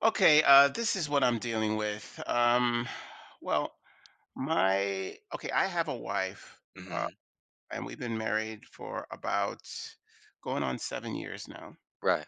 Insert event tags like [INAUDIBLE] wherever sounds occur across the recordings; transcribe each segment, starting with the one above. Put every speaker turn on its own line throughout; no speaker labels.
Okay, this is what I'm dealing with. Well, my okay, I have a wife, uh,
Mhm.
and we've been married for about going on 7 years now.
Right.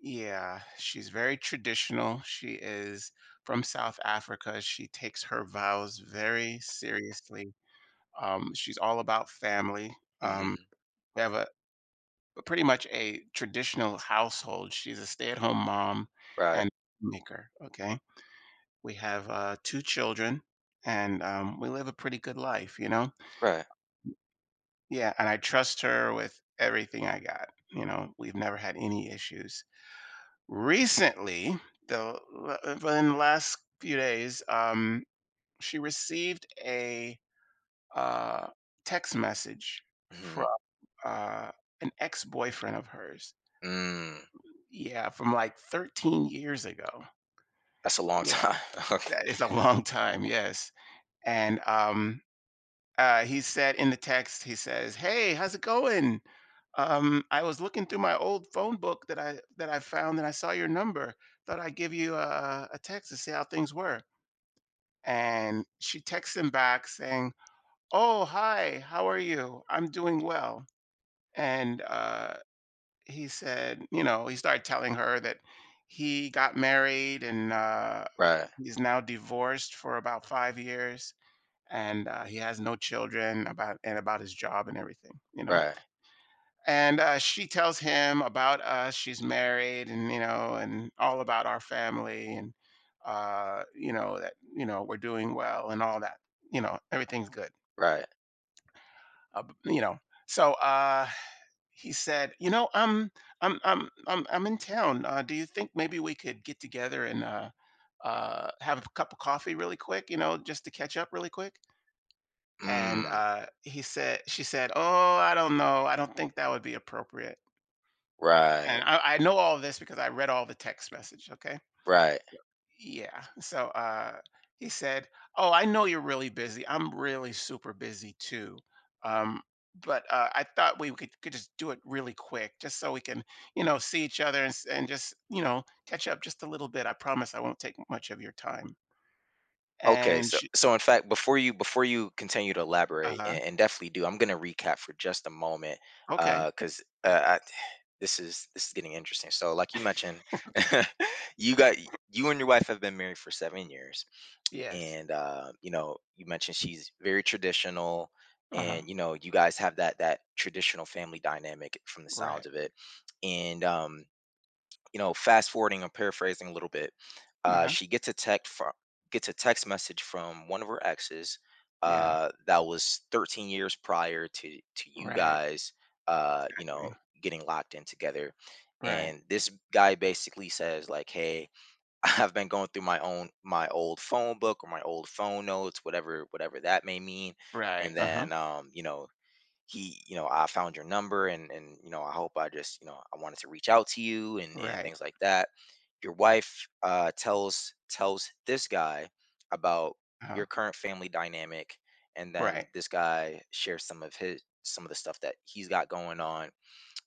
Yeah, she's very traditional. She is from South Africa. She takes her vows very seriously. She's all about family. Um,
Mhm.
we have a pretty much a traditional household. She's a stay-at-home mom
Right.
and maker. Okay. We have two children, and we live a pretty good life, you know?
Right.
Yeah, and I trust her with everything I got. You know, we've never had any issues. Recently, though, in the last few days, she received a uh, text message from
Mhm.
uh, an ex boyfriend of hers.
Mm.
Yeah, from like 13 years ago.
That's a long
Yeah,
time. [LAUGHS]
that is a long time. Yes. And he said in the text, he says, "Hey, how's it going? I was looking through my old phone book that I found, and I saw your number. Thought I'd give you a text to see how things were." And she texts him back saying, "Oh, hi, how are you? I'm doing well." And he said, you know, he started telling her that he got married and
Right.
he's now divorced for about 5 years and he has no children about and about his job and everything, you know.
Right.
And she tells him about us, she's married, and you know, and all about our family. And you know, that, you know, we're doing well and all that, you know, everything's good.
Right.
You know, so he said, you know, I'm in town. Do you think maybe we could get together and have a cup of coffee really quick, you know, just to catch up really quick? And,
Mm.
he said she said, "Oh, I don't know. I don't think that would be appropriate."
Right.
And I know all this because I read all the text message, okay?
Right.
So yeah. So, he said, "Oh, I know you're really busy. I'm really super busy too. Um, but, I thought we could just do it really quick just so we can, you know, see each other and just, you know, catch up just a little bit. I promise I won't take much of your time."
Okay.
And
So
she
in fact, before you continue to elaborate
Uh-huh.
and definitely do, I'm gonna recap for just a moment. because
Okay.
Uh, cause uh, I, this is getting interesting. So like you mentioned,
[LAUGHS] Okay.
[LAUGHS] you got you and your wife have been married for 7 years.
Yes.
And you know you mentioned she's very traditional,
Uh-huh.
and you know you guys have that traditional family dynamic from the sounds
Right.
of it. And you know, fast forwarding or paraphrasing a little bit,
Uh-huh.
she gets a text from gets a text message from one of her exes
Yeah,
that was 13 years prior to you
right,
guys, you
exactly.
know, getting locked in together.
Right,
And this guy basically says like, hey, [LAUGHS] I've been going through my old phone book or my old phone notes, whatever that may mean.
right,
And
uh-huh,
then you know, I found your number, and you know, I hope I just, you know, I wanted to reach out to you and
right,
things like that. Your wife tells this guy about
uh-huh,
your current family dynamic, and
right,
then this guy shares some of the stuff that he's got going on.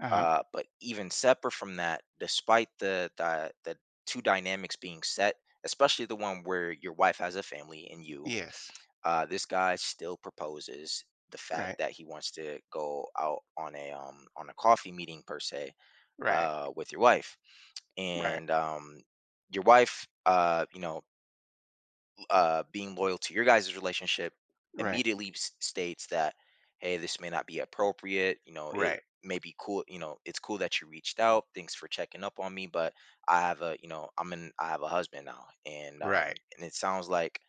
uh-huh,
But even separate from that, despite the, the two dynamics being set, especially the one where your wife has a family and you,
yes,
this guy still proposes the fact
right,
that he wants to go out on a coffee meeting per se
right,
with your wife.
right,
And your wife, you know, being loyal to your guys' relationship,
right,
immediately states that, hey, this may not be appropriate. You know, it
right,
may be cool. You know, it's cool that you reached out. Thanks for checking up on me. But I have a, you know, I'm in, I have a husband now.
right.
And it sounds like,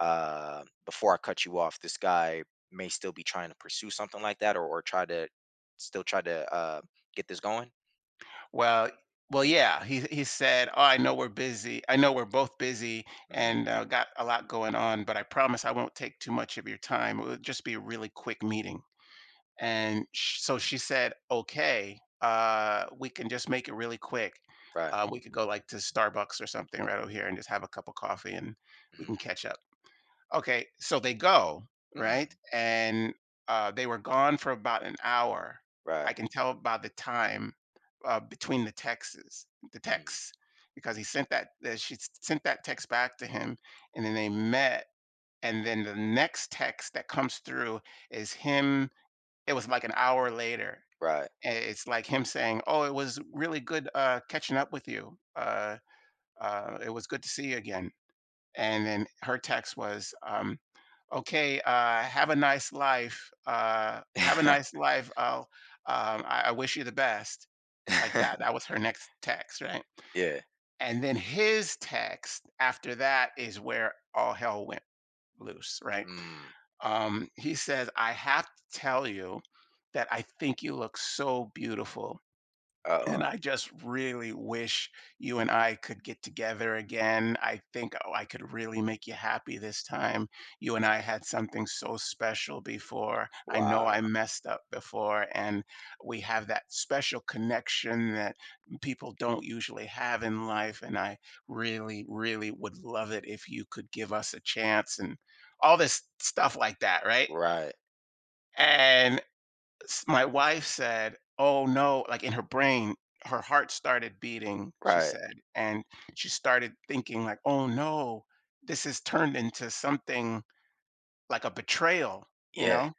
before I cut you off, this guy may still be trying to pursue something like that, or try to still try to, get this going.
Well, well, yeah, he said, "Oh, I know we're busy. I know we're both busy
Hmm.
and got a lot going on, but I promise I won't take too much of your time. It'll just be a really quick meeting." So she said, okay, we can just make it really quick.
Right.
We could go like to Starbucks or something right over here and just have a cup of coffee, and we can
Hmm.
catch up. Okay. So they go,
Hmm.
right? And they were gone for about an hour. I
Right.
can tell by the time, between the texts, the
Hmm.
texts, because he sent that she sent that text back to him, and then they met. And then the next text that comes through is him. It was like an hour later,
Right.
and it's like him saying, "Oh, it was really good, catching up with you. It was good to see you again." And then her text was, "Okay, have a nice life.
[LAUGHS] Yeah.
I'll, I wish you the best." Like that. That
[LAUGHS]
was her next text, right?
Yeah.
And then his text after that is where all hell went loose, right?
Mm.
He says, I have to tell you that I think you look so beautiful. And
Oh,
I just really wish you and I could get together again. I think, oh, I could really make you happy this time. You and I had something so special before. I know
wow.
I messed up before, and we have that special connection that people don't usually have in life. And I really, really would love it if you could give us a chance and all this stuff like that, right?
Right,
And my wife said, "Oh no," like in her brain, her heart started beating, she
right.
said, and she started thinking like, "Oh no, this has turned into something like a betrayal," you
Yeah,
know?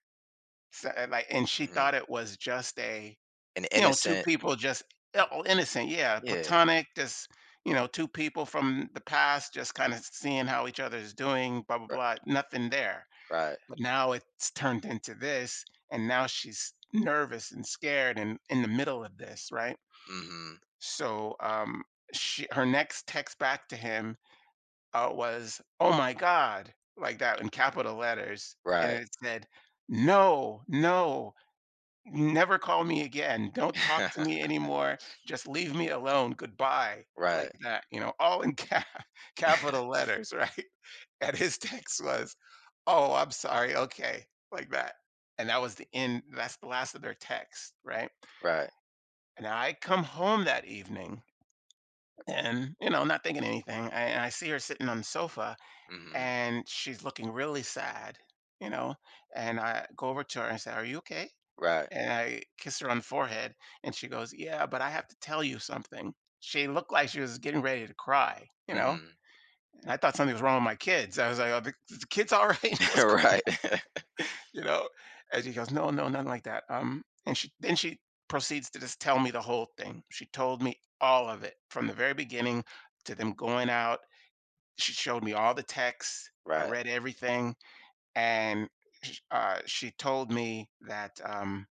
So, like, and she
mhm.
thought it was just a,
An
you know, two
innocent,
people just, oh, innocent, yeah,
yeah,
platonic, just, you know, two people from the past just kind of seeing how each other is doing, blah blah
right,
blah, nothing there.
right.
But now it's turned into this, and now she's nervous and scared and in the middle of this, right?
Mm, mhm,
So, she her next text back to him, was, "Oh my god," like that, in capital letters, and
right.
it said, "No, no, never call me again. Don't talk to me
[LAUGHS]
anymore. Just leave me alone. Goodbye." Like
Right,
that, you know, all in [LAUGHS] capital letters, right? And his [LAUGHS] text was, "Oh, I'm sorry, okay," like that. And that's the last of their text, right?
right.
And I come home that evening, and, you know, not thinking anything, I see her sitting on the sofa,
Mm, mhm,
and she's looking really sad, you know? And I go over to her and say, "Are you okay?"
right.
And I kiss her on the forehead, and she goes, "Yeah, but I have to tell you something." She looked like she was getting ready to cry, you
Mm,
know?
mhm.
And I thought something was wrong with my kids. I was like, "Are the kids alright? [LAUGHS]
[LAUGHS]
What's going—"
Right. [LAUGHS]
You know? And he goes, "No, no, nothing like that." And she Then she proceeds to just tell me the whole thing. She told me all of it from the very beginning to them going out. She showed me all the texts. I
Right,
read everything, and sh she told me that,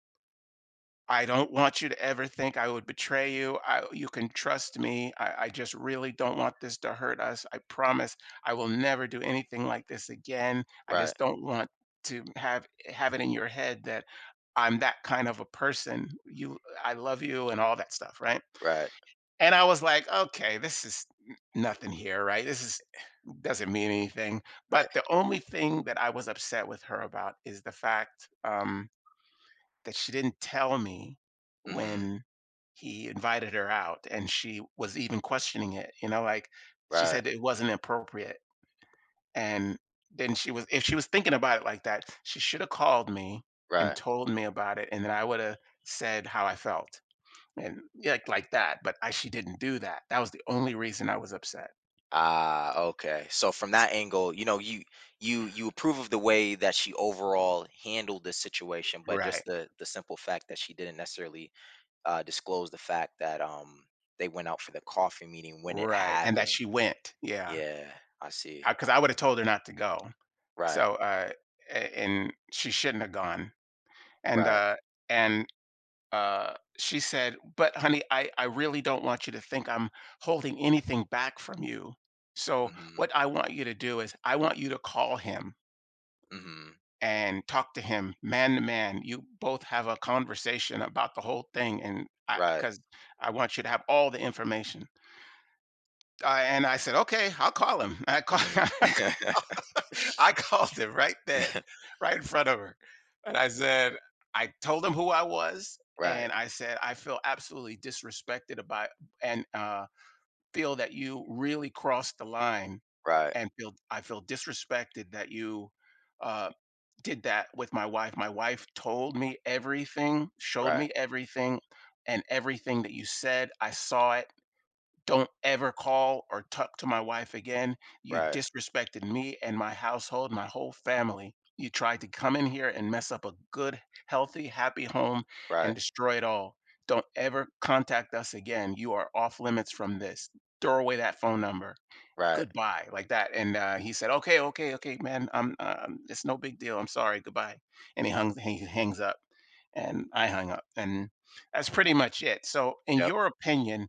I don't want you to ever think I would betray you. You can trust me. I just really don't want this to hurt us. I promise I will never do anything like this again. I just
right,
don't want to have it in your head that I'm that kind of a person. I love you, and all that stuff, right?
right,
And I was like, okay, this is nothing here, right? This is Doesn't mean anything. But
right.
the only thing that I was upset with her about is the fact, that she didn't tell me
Mhm,
when he invited her out, and she was even questioning it, you know, like, she
right,
said it wasn't appropriate, and then she was if she was thinking about it like that, she shoulda called me and
right.
told me about it, and then I woulda said how I felt, and yeah, like that, but I she didn't do that. That was the only reason I was upset.
Ah, okay. So from that angle, you know, you approve of the way that she overall handled the situation, but
Right,
just the simple fact that she didn't necessarily, disclosed the fact that they went out for the coffee meeting when it
right, and that
happened.
she went, yeah,
Yeah, I see.
because I 'cause
I,
I woulda told her not to go,
right,
so, a and she shouldn't have gone. And
right.
and she said, but honey, I really don't want you to think I'm holding anything back from you. So
Mhm,
what I want you to do is I want you to call him
mhm.
and talk to him, man to man. You both have a conversation about the whole thing. And I
Right.
because I want you to have all the information. And I said, okay, I'll call him. I call
Mhm.
[LAUGHS]
[LAUGHS]
[LAUGHS] I called him right then, right in front of her. And I said, I told him who I was.
Right,
And I said, I feel absolutely disrespected about, and feel that you really crossed the line.
right,
And feel I feel disrespected that you uh, did that with my wife. My wife told me everything, showed
right,
me everything, and everything that you said. I saw it. Don't ever call or talk to my wife again. You
right,
disrespected me and my household, my whole family. You tried to come in here and mess up a good, healthy, happy home, and
right,
destroy it all. Don't ever contact us again. You are off limits from this. Throw away that phone number.
right.
Goodbye. Like that. And he said, okay, okay, okay, man, it's no big deal, I'm sorry, goodbye. And he hangs up, and I hung up. And that's pretty much it. So in
Yep.
your opinion,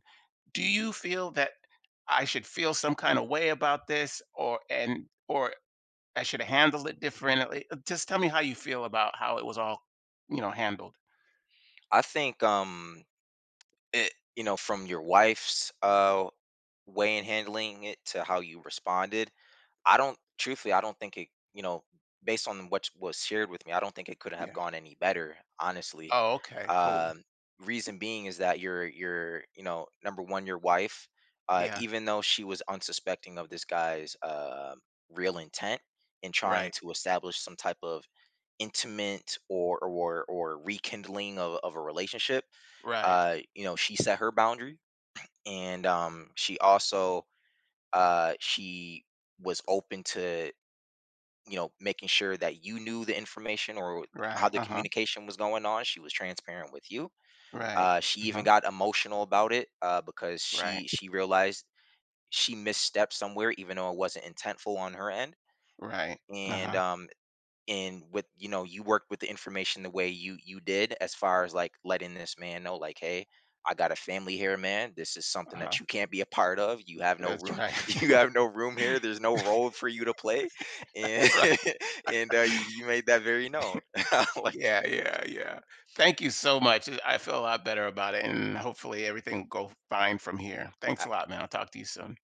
do you feel that I should feel some kind of way about this, or I should handle it differently? Just tell me how you feel about how it was all, you know, handled.
I think it, you know, from your wife's way in handling it to how you responded, I don't, truthfully, I don't think it, you know, based on what was shared with me, I don't think it could have
Yeah.
gone any better, honestly.
Oh, okay, cool.
Um, Reason being is that you know, number one, your wife,
Yeah.
even though she was unsuspecting of this guy's, real intent in trying
Right,
to establish some type of intimate or or rekindling of a relationship,
right,
you know, she set her boundary. And she also, uh she was open to, you know, making sure that you knew the information or how
right,
the
uh-huh,
communication was going on. She was transparent with you.
right,
She even
uh-huh,
got emotional about it, because
right,
she realized she misstepped somewhere, even though it wasn't intentful on her end.
right, right,
And
uh-huh.
um, and with, you know, you worked with the information the way you did, as far as like letting this man know like, hey, I got a family here, man, this is something
Uh-huh.
that you can't be a part of. You have no
That's
room.
right.
[LAUGHS] You
[LAUGHS]
have no room here, there's no role for you to play. And
That's right.
[LAUGHS] and you, you made that very known. [LAUGHS] I like
Yeah, yeah, yeah. Thank you so much. I feel a lot better about it, and hopefully everything will go fine from here. Thanks a
that.
lot, man. I'll talk to you soon.